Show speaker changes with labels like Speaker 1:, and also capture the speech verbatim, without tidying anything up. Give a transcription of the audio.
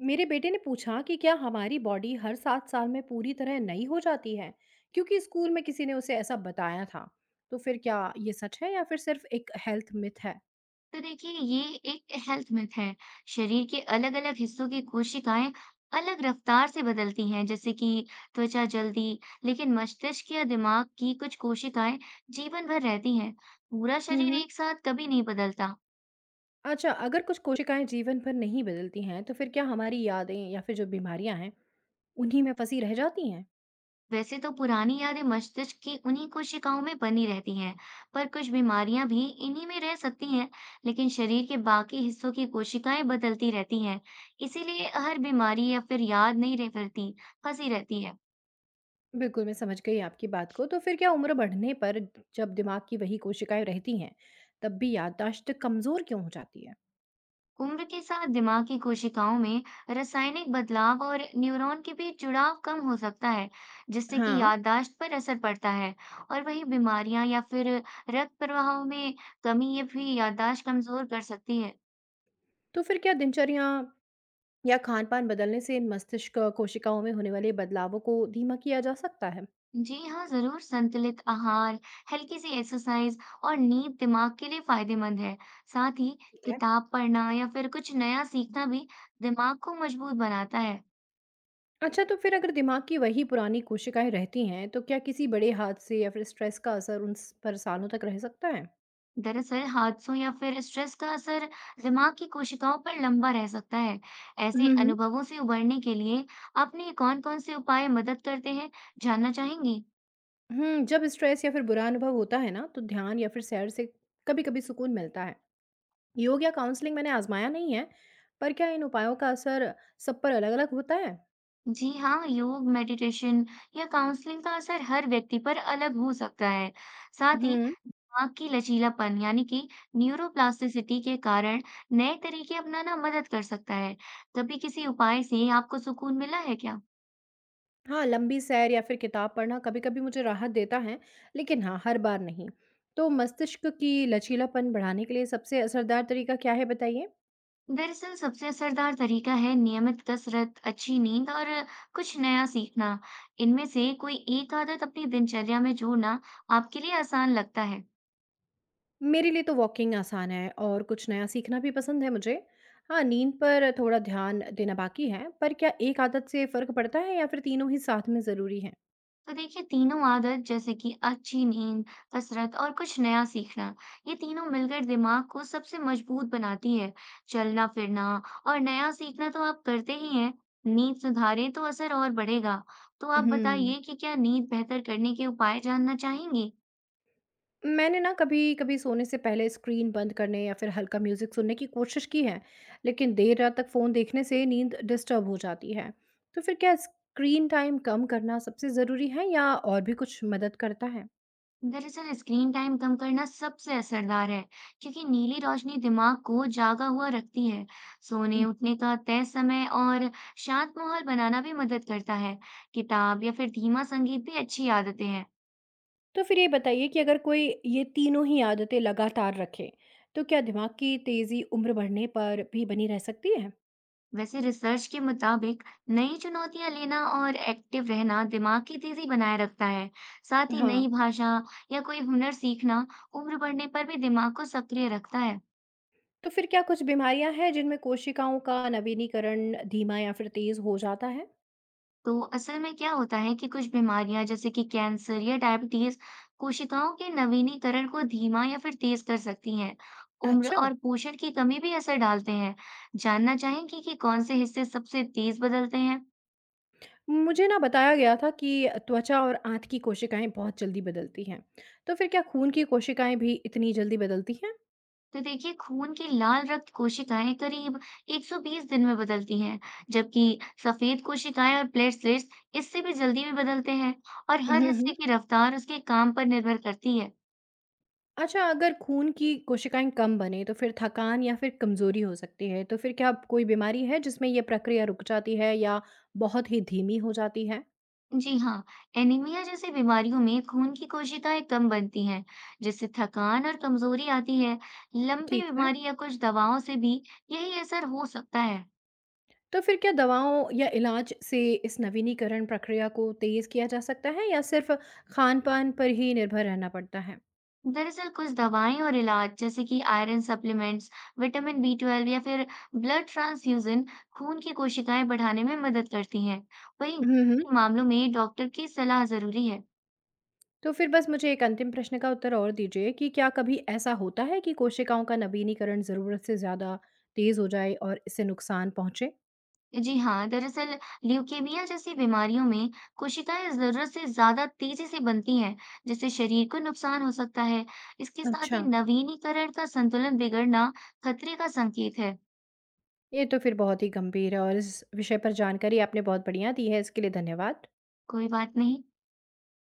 Speaker 1: मेरे बेटे ने पूछा कि क्या हमारी बॉडी हर सात साल में पूरी तरह नई हो जाती है क्योंकि स्कूल में किसी ने उसे ऐसा बताया था। तो फिर क्या ये सच है या फिर सिर्फ एक हेल्थ मिथ है?
Speaker 2: तो देखिए ये एक हेल्थ मिथ है। शरीर के अलग अलग हिस्सों की कोशिकाएं अलग रफ्तार से बदलती हैं, जैसे कि त्वचा जल्दी, लेकिन मस्तिष्क या दिमाग की कुछ कोशिकाएं जीवन भर रहती हैं। पूरा
Speaker 1: हम्म
Speaker 2: शरीर
Speaker 1: हम्म।
Speaker 2: एक साथ कभी नहीं बदलता।
Speaker 1: अच्छा, अगर कुछ कोशिकाएं जीवन भर नहीं बदलती हैं तो फिर क्या हमारी यादें या फिर जो बीमारियां हैं उन्हीं में फंसी रह जाती हैं?
Speaker 2: वैसे तो पुरानी यादें मस्तिष्क की उन्हीं कोशिकाओं में बनी रहती हैं, पर कुछ बीमारियां भी इन्हीं में रह सकती हैं। लेकिन शरीर के बाकी हिस्सों की कोशिकाएं बदलती रहती हैं, इसीलिए हर बीमारी या फिर याद नहीं रह फैलती, फंसी रहती है।
Speaker 1: बिल्कुल, मैं समझ गई आपकी बात को। तो फिर क्या उम्र बढ़ने पर, जब दिमाग की वही कोशिकाएं रहती हैं, तब भी याददाश्त कमजोर क्यों हो जाती है?
Speaker 2: उम्र के साथ दिमाग की कोशिकाओं में रासायनिक बदलाव और न्यूरॉन के बीच जुड़ाव कम हो सकता है, जिससे कि
Speaker 1: हाँ।
Speaker 2: याददाश्त पर असर पड़ता है। और वही बीमारियां या फिर रक्त प्रवाह में कमी, ये भी याददाश्त कमजोर कर सकती है।
Speaker 1: तो फिर क्या दिनचर्या या खान-पान बदलने से इन मस्तिष्क कोशिकाओं में होने वाले बदलावों को धीमा किया जा सकता है।
Speaker 2: जी हाँ, जरूर, संतुलित आहार, हल्की सी एक्सरसाइज और नींद दिमाग के लिए फायदेमंद है। साथ ही
Speaker 1: ठीक है।
Speaker 2: किताब पढ़ना या फिर कुछ नया सीखना भी दिमाग को मजबूत बनाता है।
Speaker 1: अच्छा, तो फिर अगर दिमाग की वही पुरानी कोशिकाएं रहती हैं तो क्या किसी बड़े हादसे या फिर स्ट्रेस का असर उन स- पर सालों तक रह सकता है?
Speaker 2: दरअसल हादसों या फिर स्ट्रेस का असर दिमाग की कोशिकाओं पर लंबा रह सकता है।
Speaker 1: हम्म
Speaker 2: ऐसे
Speaker 1: हम्म।
Speaker 2: अनुभवों से उबरने के लिए आपने कौन कौन से उपाय मदद करते हैं, जानना चाहेंगे?
Speaker 1: हम्म, जब स्ट्रेस या फिर बुरा अनुभव होता है ना तो ध्यान या फिर सैर से कभी-कभी सुकून मिलता है। योग या काउंसलिंग मैंने आजमाया नहीं है, पर क्या इन उपायों का असर सब पर अलग-अलग होता है?
Speaker 2: जी हाँ, योग, मेडिटेशन या काउंसलिंग का असर हर व्यक्ति पर अलग हो सकता है। साथ ही
Speaker 1: हम्म।
Speaker 2: आंख की लचीलापन, यानी कि न्यूरोप्लास्टिसिटी के कारण नए तरीके अपनाना मदद कर सकता है। कभी किसी उपाय से आपको सुकून मिला है क्या?
Speaker 1: हाँ, लंबी सैर या फिर किताब पढ़ना कभी-कभी मुझे राहत देता है, लेकिन हाँ, हर बार नहीं। तो मस्तिष्क की लचीलापन बढ़ाने के लिए सबसे असरदार तरीका क्या है, बताइए?
Speaker 2: दरअसल सबसे असरदार तरीका है, नियमित कसरत, अच्छी नींद और कुछ नया सीखना। इनमें से कोई एक आदत अपनी दिनचर्या में जोड़ना आपके लिए आसान लगता है।
Speaker 1: मेरे लिए तो वॉकिंग आसान है और कुछ नया सीखना भी पसंद है मुझे। हाँ, नींद पर थोड़ा ध्यान देना बाकी है, पर क्या एक आदत से फ़र्क पड़ता है या फिर तीनों ही साथ में ज़रूरी हैं?
Speaker 2: तो देखिए, तीनों आदत जैसे कि अच्छी नींद, कसरत और कुछ नया सीखना, ये तीनों मिलकर दिमाग को सबसे मजबूत बनाती है। चलना फिरना और नया सीखना तो आप करते ही हैं। नींद सुधारे तो असर और बढ़ेगा। तो आप
Speaker 1: हुँ।
Speaker 2: बताइए कि क्या नींद बेहतर करने के उपाय जानना चाहेंगी?
Speaker 1: मैंने ना कभी-कभी सोने से पहले स्क्रीन बंद करने या फिर हल्का म्यूज़िक सुनने की कोशिश की है, लेकिन देर रात तक फ़ोन देखने से नींद डिस्टर्ब हो जाती है। तो फिर क्या स्क्रीन टाइम कम करना सबसे ज़रूरी है या और भी कुछ मदद करता है?
Speaker 2: दरअसल स्क्रीन टाइम कम करना सबसे असरदार है, क्योंकि नीली रोशनी दिमाग को जागा हुआ रखती है। सोने उठने का तय समय और शांत माहौल बनाना भी मदद करता है। किताब या फिर धीमा संगीत भी अच्छी आदतें हैं।
Speaker 1: तो फिर ये बताइए कि अगर कोई ये तीनों ही आदतें लगातार रखे, तो क्या दिमाग की तेज़ी उम्र बढ़ने पर भी बनी रह सकती है?
Speaker 2: वैसे रिसर्च के मुताबिक नई चुनौतियां लेना और एक्टिव रहना दिमाग की तेजी बनाए रखता है। साथ ही
Speaker 1: हाँ,
Speaker 2: नई भाषा या कोई हुनर सीखना उम्र बढ़ने पर भी दिमाग को सक्रिय रखता है।
Speaker 1: तो फिर क्या कुछ बीमारियां हैं जिनमें कोशिकाओं का नवीनीकरण धीमा या फिर तेज़ हो जाता है?
Speaker 2: तो असल में क्या होता है कि कुछ बीमारियां जैसे कि कैंसर या डायबिटीज कोशिकाओं के नवीनीकरण को धीमा या फिर तेज कर सकती हैं। उम्र
Speaker 1: अच्छा।
Speaker 2: और पोषण की कमी भी असर डालते हैं। जानना चाहेंगे कि कौन से हिस्से सबसे तेज बदलते हैं?
Speaker 1: मुझे ना बताया गया था कि त्वचा और आंत की कोशिकाएं बहुत जल्दी बदलती हैं। तो फिर क्या खून की कोशिकाएं भी इतनी जल्दी बदलती हैं?
Speaker 2: तो देखिए, खून की लाल रक्त कोशिकाएं करीब एक सौ बीस दिन में बदलती हैं, जबकि सफेद कोशिकाएं और प्लेटलेट्स इससे भी जल्दी में बदलते हैं, और
Speaker 1: हम्म
Speaker 2: हर
Speaker 1: हम्म।
Speaker 2: हिस्से की रफ्तार उसके काम पर निर्भर करती है।
Speaker 1: अच्छा, अगर खून की कोशिकाएं कम बने तो फिर थकान या फिर कमजोरी हो सकती है। तो फिर क्या कोई बीमारी है जिसमें यह प्रक्रिया रुक जाती है या बहुत ही धीमी हो जाती है?
Speaker 2: जी हाँ, एनीमिया जैसी बीमारियों में खून की कोशिकाएं कम बनती हैं, जिससे थकान और कमजोरी आती है। लंबी
Speaker 1: ठीक है।
Speaker 2: बीमारी या कुछ दवाओं से भी यही असर हो सकता है।
Speaker 1: तो फिर क्या दवाओं या इलाज से इस नवीनीकरण प्रक्रिया को तेज किया जा सकता है या सिर्फ खान-पान पर ही निर्भर रहना पड़ता है?
Speaker 2: दरअसल कुछ दवाएं और इलाज जैसे कि iron supplements, vitamin B twelve या फिर ब्लड ट्रांसफ्यूजन खून की कोशिकाएं बढ़ाने में मदद करती हैं। वहीं
Speaker 1: हम्म।
Speaker 2: गंभीर मामलों में डॉक्टर की सलाह जरूरी है।
Speaker 1: तो फिर बस मुझे एक अंतिम प्रश्न का उत्तर और दीजिए कि क्या कभी ऐसा होता है कि कोशिकाओं का नवीनीकरण ज़रूरत से ज़्यादा तेज़ हो जाए और इससे नुकसान पहुँचे?
Speaker 2: जी हाँ, दरअसल ल्यूकेमिया जैसी बीमारियों में कोशिकाएं जरूरत से ज्यादा तेजी से बनती हैं, जिससे शरीर को नुकसान हो सकता है। इसके साथ ही
Speaker 1: अच्छा,
Speaker 2: नवीनीकरण का संतुलन बिगड़ना खतरे का संकेत है।
Speaker 1: ये तो फिर बहुत ही गंभीर है और इस विषय पर जानकारी आपने बहुत बढ़िया दी है, इसके लिए धन्यवाद।
Speaker 2: कोई बात नहीं।